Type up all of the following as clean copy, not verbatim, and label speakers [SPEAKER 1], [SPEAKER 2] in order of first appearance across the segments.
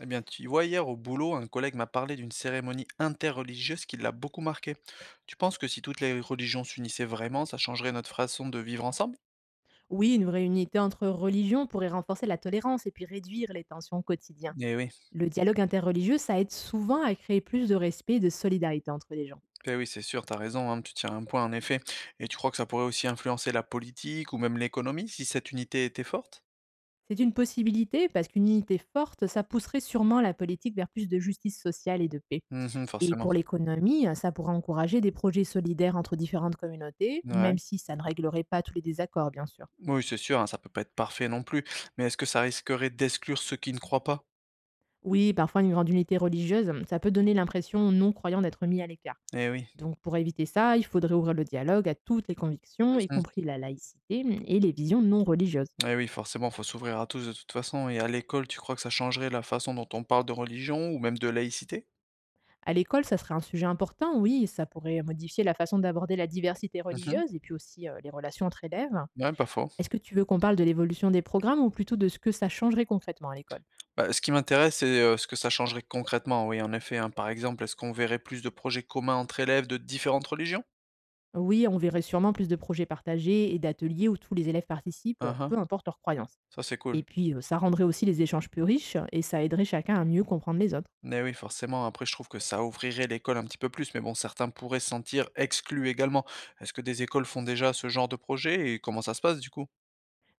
[SPEAKER 1] Eh bien, tu vois, hier au boulot, un collègue m'a parlé d'une cérémonie interreligieuse qui l'a beaucoup marqué. Tu penses que si toutes les religions s'unissaient vraiment, ça changerait notre façon de vivre ensemble?
[SPEAKER 2] Oui, une vraie unité entre religions pourrait renforcer la tolérance et puis réduire les tensions au quotidien.
[SPEAKER 1] Eh oui,
[SPEAKER 2] Le dialogue interreligieux, ça aide souvent à créer plus de respect et de solidarité entre les gens.
[SPEAKER 1] eh oui, c'est sûr, t'as raison, hein, tu tiens un point en effet. Et tu crois que ça pourrait aussi influencer la politique ou même l'économie si cette unité était forte?
[SPEAKER 2] C'est une possibilité parce qu'une unité forte, ça pousserait sûrement la politique vers plus de justice sociale et de paix.
[SPEAKER 1] Mhm,
[SPEAKER 2] Et
[SPEAKER 1] forcément.
[SPEAKER 2] pour l'économie, ça pourrait encourager des projets solidaires entre différentes communautés,
[SPEAKER 1] Ouais.
[SPEAKER 2] même si ça ne réglerait pas tous les désaccords, bien sûr.
[SPEAKER 1] Oui, c'est sûr, hein, ça peut pas être parfait non plus, mais est-ce que ça risquerait d'exclure ceux qui ne croient pas?
[SPEAKER 2] Oui, parfois une grande unité religieuse, ça peut donner l'impression aux non-croyants d'être mis à l'écart.
[SPEAKER 1] Eh oui.
[SPEAKER 2] Donc pour éviter ça, il faudrait ouvrir le dialogue à toutes les convictions, y compris la laïcité, et les visions non religieuses.
[SPEAKER 1] Eh oui, forcément, faut s'ouvrir à tous de toute façon. Et à l'école, tu crois que ça changerait la façon dont on parle de religion ou même de laïcité?
[SPEAKER 2] À l'école, ça serait un sujet important, oui, ça pourrait modifier la façon d'aborder la diversité
[SPEAKER 1] Mhm.
[SPEAKER 2] religieuse et puis aussi les relations entre élèves.
[SPEAKER 1] Ouais, pas faux.
[SPEAKER 2] Est-ce que tu veux qu'on parle de l'évolution des programmes ou plutôt de ce que ça changerait concrètement à l'école?
[SPEAKER 1] Bah, ce qui m'intéresse, c'est ce que ça changerait concrètement. Oui, en effet, hein. Par exemple, est-ce qu'on verrait plus de projets communs entre élèves de différentes religions?
[SPEAKER 2] Oui, on verrait sûrement plus de projets partagés et d'ateliers où tous les élèves participent,
[SPEAKER 1] Uhum.
[SPEAKER 2] peu importe leurs croyances.
[SPEAKER 1] Ça, c'est cool.
[SPEAKER 2] Et puis, ça rendrait aussi les échanges plus riches et ça aiderait chacun à mieux comprendre les autres.
[SPEAKER 1] Mais oui, forcément. Après, je trouve que ça ouvrirait l'école un petit peu plus. Mais bon, certains pourraient se sentir exclus également. Est-ce que des écoles font déjà ce genre de projet et comment ça se passe du coup?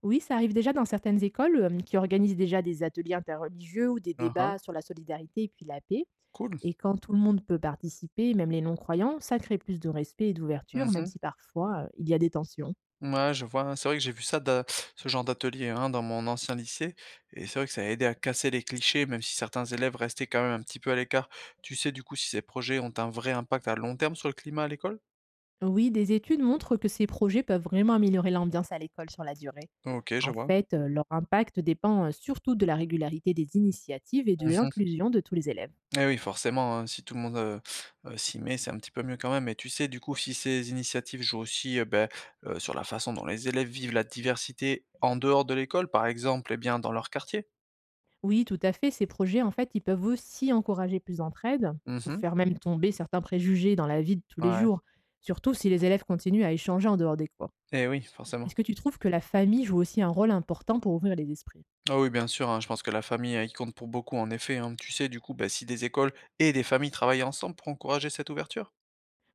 [SPEAKER 2] Oui, ça arrive déjà dans certaines écoles, qui organisent déjà des ateliers interreligieux ou des
[SPEAKER 1] Uhum.
[SPEAKER 2] débats sur la solidarité et puis la paix.
[SPEAKER 1] Cool.
[SPEAKER 2] Et quand tout le monde peut participer, même les non-croyants, ça crée plus de respect et d'ouverture, même
[SPEAKER 1] Mhm.
[SPEAKER 2] si parfois, il y a des tensions.
[SPEAKER 1] Mouais, je vois, hein. C'est vrai que j'ai vu ça da ce genre d'atelier, hein, dans mon ancien lycée et c'est vrai que ça a aidé à casser les clichés, même si certains élèves restaient quand même un petit peu à l'écart. Tu sais, du coup, si ces projets ont un vrai impact à long terme sur le climat à l'école?
[SPEAKER 2] Oui, des études montrent que ces projets peuvent vraiment améliorer l'ambiance à l'école sur la durée.
[SPEAKER 1] OK, je
[SPEAKER 2] En
[SPEAKER 1] vois.
[SPEAKER 2] fait, leur impact dépend, surtout de la régularité des initiatives et de
[SPEAKER 1] Mmh mh.
[SPEAKER 2] l'inclusion de tous les élèves.
[SPEAKER 1] Et oui, forcément, hein, si tout le monde, s'y met, c'est un petit peu mieux quand même et tu sais, du coup, si ces initiatives jouent aussi, beh, sur la façon dont les élèves vivent la diversité en dehors de l'école, par exemple, et bien, dans leur quartier?
[SPEAKER 2] Oui, tout à fait. Ces projets, en fait, ils peuvent aussi encourager plus d'entraide ou
[SPEAKER 1] Mmh.
[SPEAKER 2] faire même tomber certains préjugés dans la vie de tous les
[SPEAKER 1] Ouais,
[SPEAKER 2] jours, surtout si les élèves continuent à échanger en dehors des cours.
[SPEAKER 1] et oui, forcément.
[SPEAKER 2] Est-ce que tu trouves que la famille joue aussi un rôle important pour ouvrir les esprits?
[SPEAKER 1] Ah oui, bien sûr, hein, je pense que la famille, elle, y compte pour beaucoup, en effet, hein. Tu sais, du coup, bah, si des écoles et des familles travaillent ensemble pour encourager cette ouverture?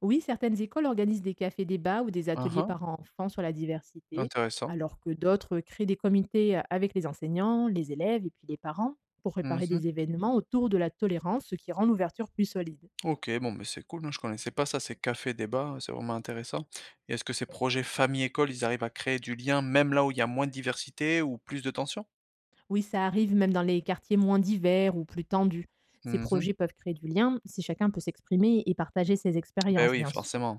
[SPEAKER 2] Oui, certaines écoles organisent des cafés-débats ou des
[SPEAKER 1] Hein,
[SPEAKER 2] ateliers
[SPEAKER 1] hein,
[SPEAKER 2] parents-enfants sur la diversité,
[SPEAKER 1] intéressant.
[SPEAKER 2] alors que d'autres créent des comités avec les enseignants, les élèves et puis les parents pour préparer
[SPEAKER 1] Mmh.
[SPEAKER 2] des événements autour de la tolérance, ce qui rend l'ouverture plus solide.
[SPEAKER 1] OK, bon, mais c'est cool, hein, je connaissais pas ça, ces cafés débats, c'est vraiment intéressant. Et est-ce que ces projets famille-école, ils arrivent à créer du lien même là où il y a moins de diversité ou plus de tensions?
[SPEAKER 2] Oui, ça arrive même dans les quartiers moins divers ou plus tendus. Ces
[SPEAKER 1] Mmh mh.
[SPEAKER 2] projets peuvent créer du lien si chacun peut s'exprimer et partager ses expériences,
[SPEAKER 1] Oui,
[SPEAKER 2] bien sûr.
[SPEAKER 1] forcément.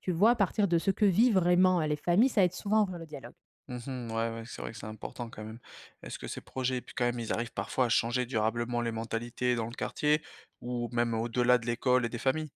[SPEAKER 2] Tu vois, à partir de ce que vivent vraiment les familles, ça aide souvent à ouvrir le dialogue.
[SPEAKER 1] Mmh, ouais, ouais, c'est vrai que c'est important quand même. Est-ce que ces projets, puis quand même, ils arrivent parfois à changer durablement les mentalités dans le quartier ou même au-delà de l'école et des familles?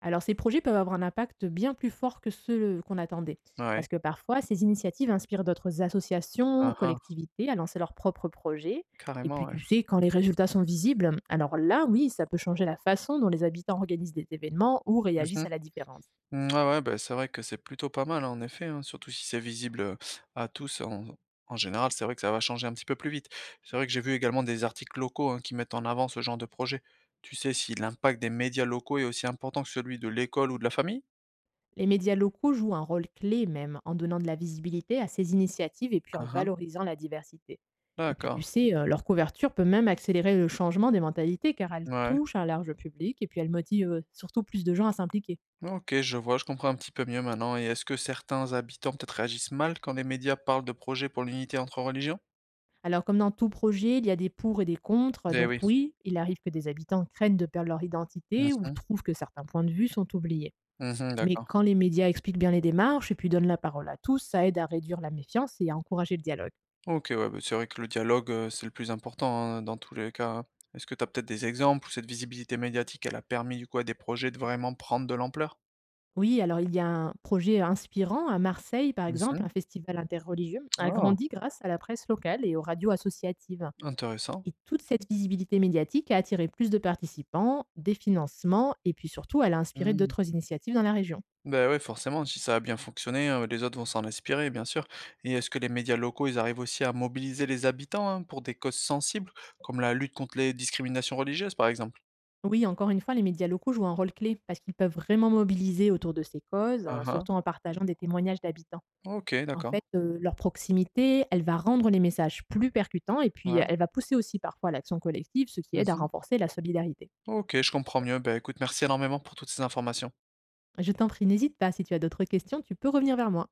[SPEAKER 2] Alors, ces projets peuvent avoir un impact bien plus fort que ceux qu'on attendait.
[SPEAKER 1] Ouais.
[SPEAKER 2] Parce que parfois, ces initiatives inspirent d'autres associations,
[SPEAKER 1] Ah ah,
[SPEAKER 2] collectivités à lancer leurs propres projets. Et
[SPEAKER 1] carrément,
[SPEAKER 2] puis, tu
[SPEAKER 1] ouais.
[SPEAKER 2] sais, quand les résultats sont visibles, alors là, oui, ça peut changer la façon dont les habitants organisent des événements ou
[SPEAKER 1] Mmh mh.
[SPEAKER 2] réagissent à la différence.
[SPEAKER 1] Mmh, ouais, ouais, bah, c'est vrai que c'est plutôt pas mal, hein, en effet, hein, surtout si c'est visible, à tous en général, c'est vrai que ça va changer un petit peu plus vite. C'est vrai que j'ai vu également des articles locaux, hein, qui mettent en avant ce genre de projet. Tu sais si l'impact des médias locaux est aussi important que celui de l'école ou de la famille?
[SPEAKER 2] Les médias locaux jouent un rôle clé même en donnant de la visibilité à ces initiatives et puis en
[SPEAKER 1] Ah hein,
[SPEAKER 2] valorisant la diversité. Et puis tu
[SPEAKER 1] d'accord.
[SPEAKER 2] sais, leur couverture peut même accélérer le changement des mentalités car elle
[SPEAKER 1] Ouais.
[SPEAKER 2] touche un large public et puis elle motive surtout plus de gens à s'impliquer.
[SPEAKER 1] OK, je vois, je comprends un petit peu mieux maintenant et est-ce que certains habitants peut-être réagissent mal quand les médias parlent de projets pour l'unité entre religions?
[SPEAKER 2] Alors comme dans tout projet, il y a des pour et des contre,
[SPEAKER 1] Eh
[SPEAKER 2] donc
[SPEAKER 1] oui.
[SPEAKER 2] oui, il arrive que des habitants craignent de perdre leur
[SPEAKER 1] Mmh
[SPEAKER 2] identité ou
[SPEAKER 1] mh.
[SPEAKER 2] trouvent que certains points de vue sont oubliés.
[SPEAKER 1] Mmh,
[SPEAKER 2] Mais
[SPEAKER 1] d'accord.
[SPEAKER 2] quand les médias expliquent bien les démarches et puis donnent la parole à tous, ça aide à réduire la méfiance et à encourager le dialogue.
[SPEAKER 1] OK, ouais, bah, c'est vrai que le dialogue, c'est le plus important, hein, dans tous les cas, hein. Est-ce que tu as peut-être des exemples où cette visibilité médiatique, elle a permis du coup à des projets de vraiment prendre de l'ampleur?
[SPEAKER 2] Oui, alors il y a un projet inspirant à Marseille, par exemple,
[SPEAKER 1] Mmh.
[SPEAKER 2] un festival interreligieux a
[SPEAKER 1] Ah!
[SPEAKER 2] grandi grâce à la presse locale et aux radios associatives.
[SPEAKER 1] Intéressant.
[SPEAKER 2] Et toute cette visibilité médiatique a attiré plus de participants, des financements, et puis surtout, elle a inspiré
[SPEAKER 1] Mmh.
[SPEAKER 2] d'autres initiatives dans la région.
[SPEAKER 1] Bah, ouais, forcément, si ça a bien fonctionné, les autres vont s'en inspirer, bien sûr. Et est-ce que les médias locaux, ils arrivent aussi à mobiliser les habitants, hein, pour des causes sensibles, comme la lutte contre les discriminations religieuses, par exemple?
[SPEAKER 2] Oui, encore une fois, les médias locaux jouent un rôle clé parce qu'ils peuvent vraiment mobiliser autour de ces causes,
[SPEAKER 1] Hein,
[SPEAKER 2] hein,
[SPEAKER 1] hein.
[SPEAKER 2] surtout en partageant des témoignages d'habitants.
[SPEAKER 1] OK,
[SPEAKER 2] En
[SPEAKER 1] d'accord.
[SPEAKER 2] fait, leur proximité, elle va rendre les messages plus percutants et puis
[SPEAKER 1] Ouais.
[SPEAKER 2] elle va pousser aussi parfois à l'action collective, ce qui aide à
[SPEAKER 1] Mmh.
[SPEAKER 2] renforcer la solidarité.
[SPEAKER 1] OK, je comprends mieux. Ben écoute, merci énormément pour toutes ces informations.
[SPEAKER 2] Je t'en prie, n'hésite pas, si tu as d'autres questions, tu peux revenir vers moi.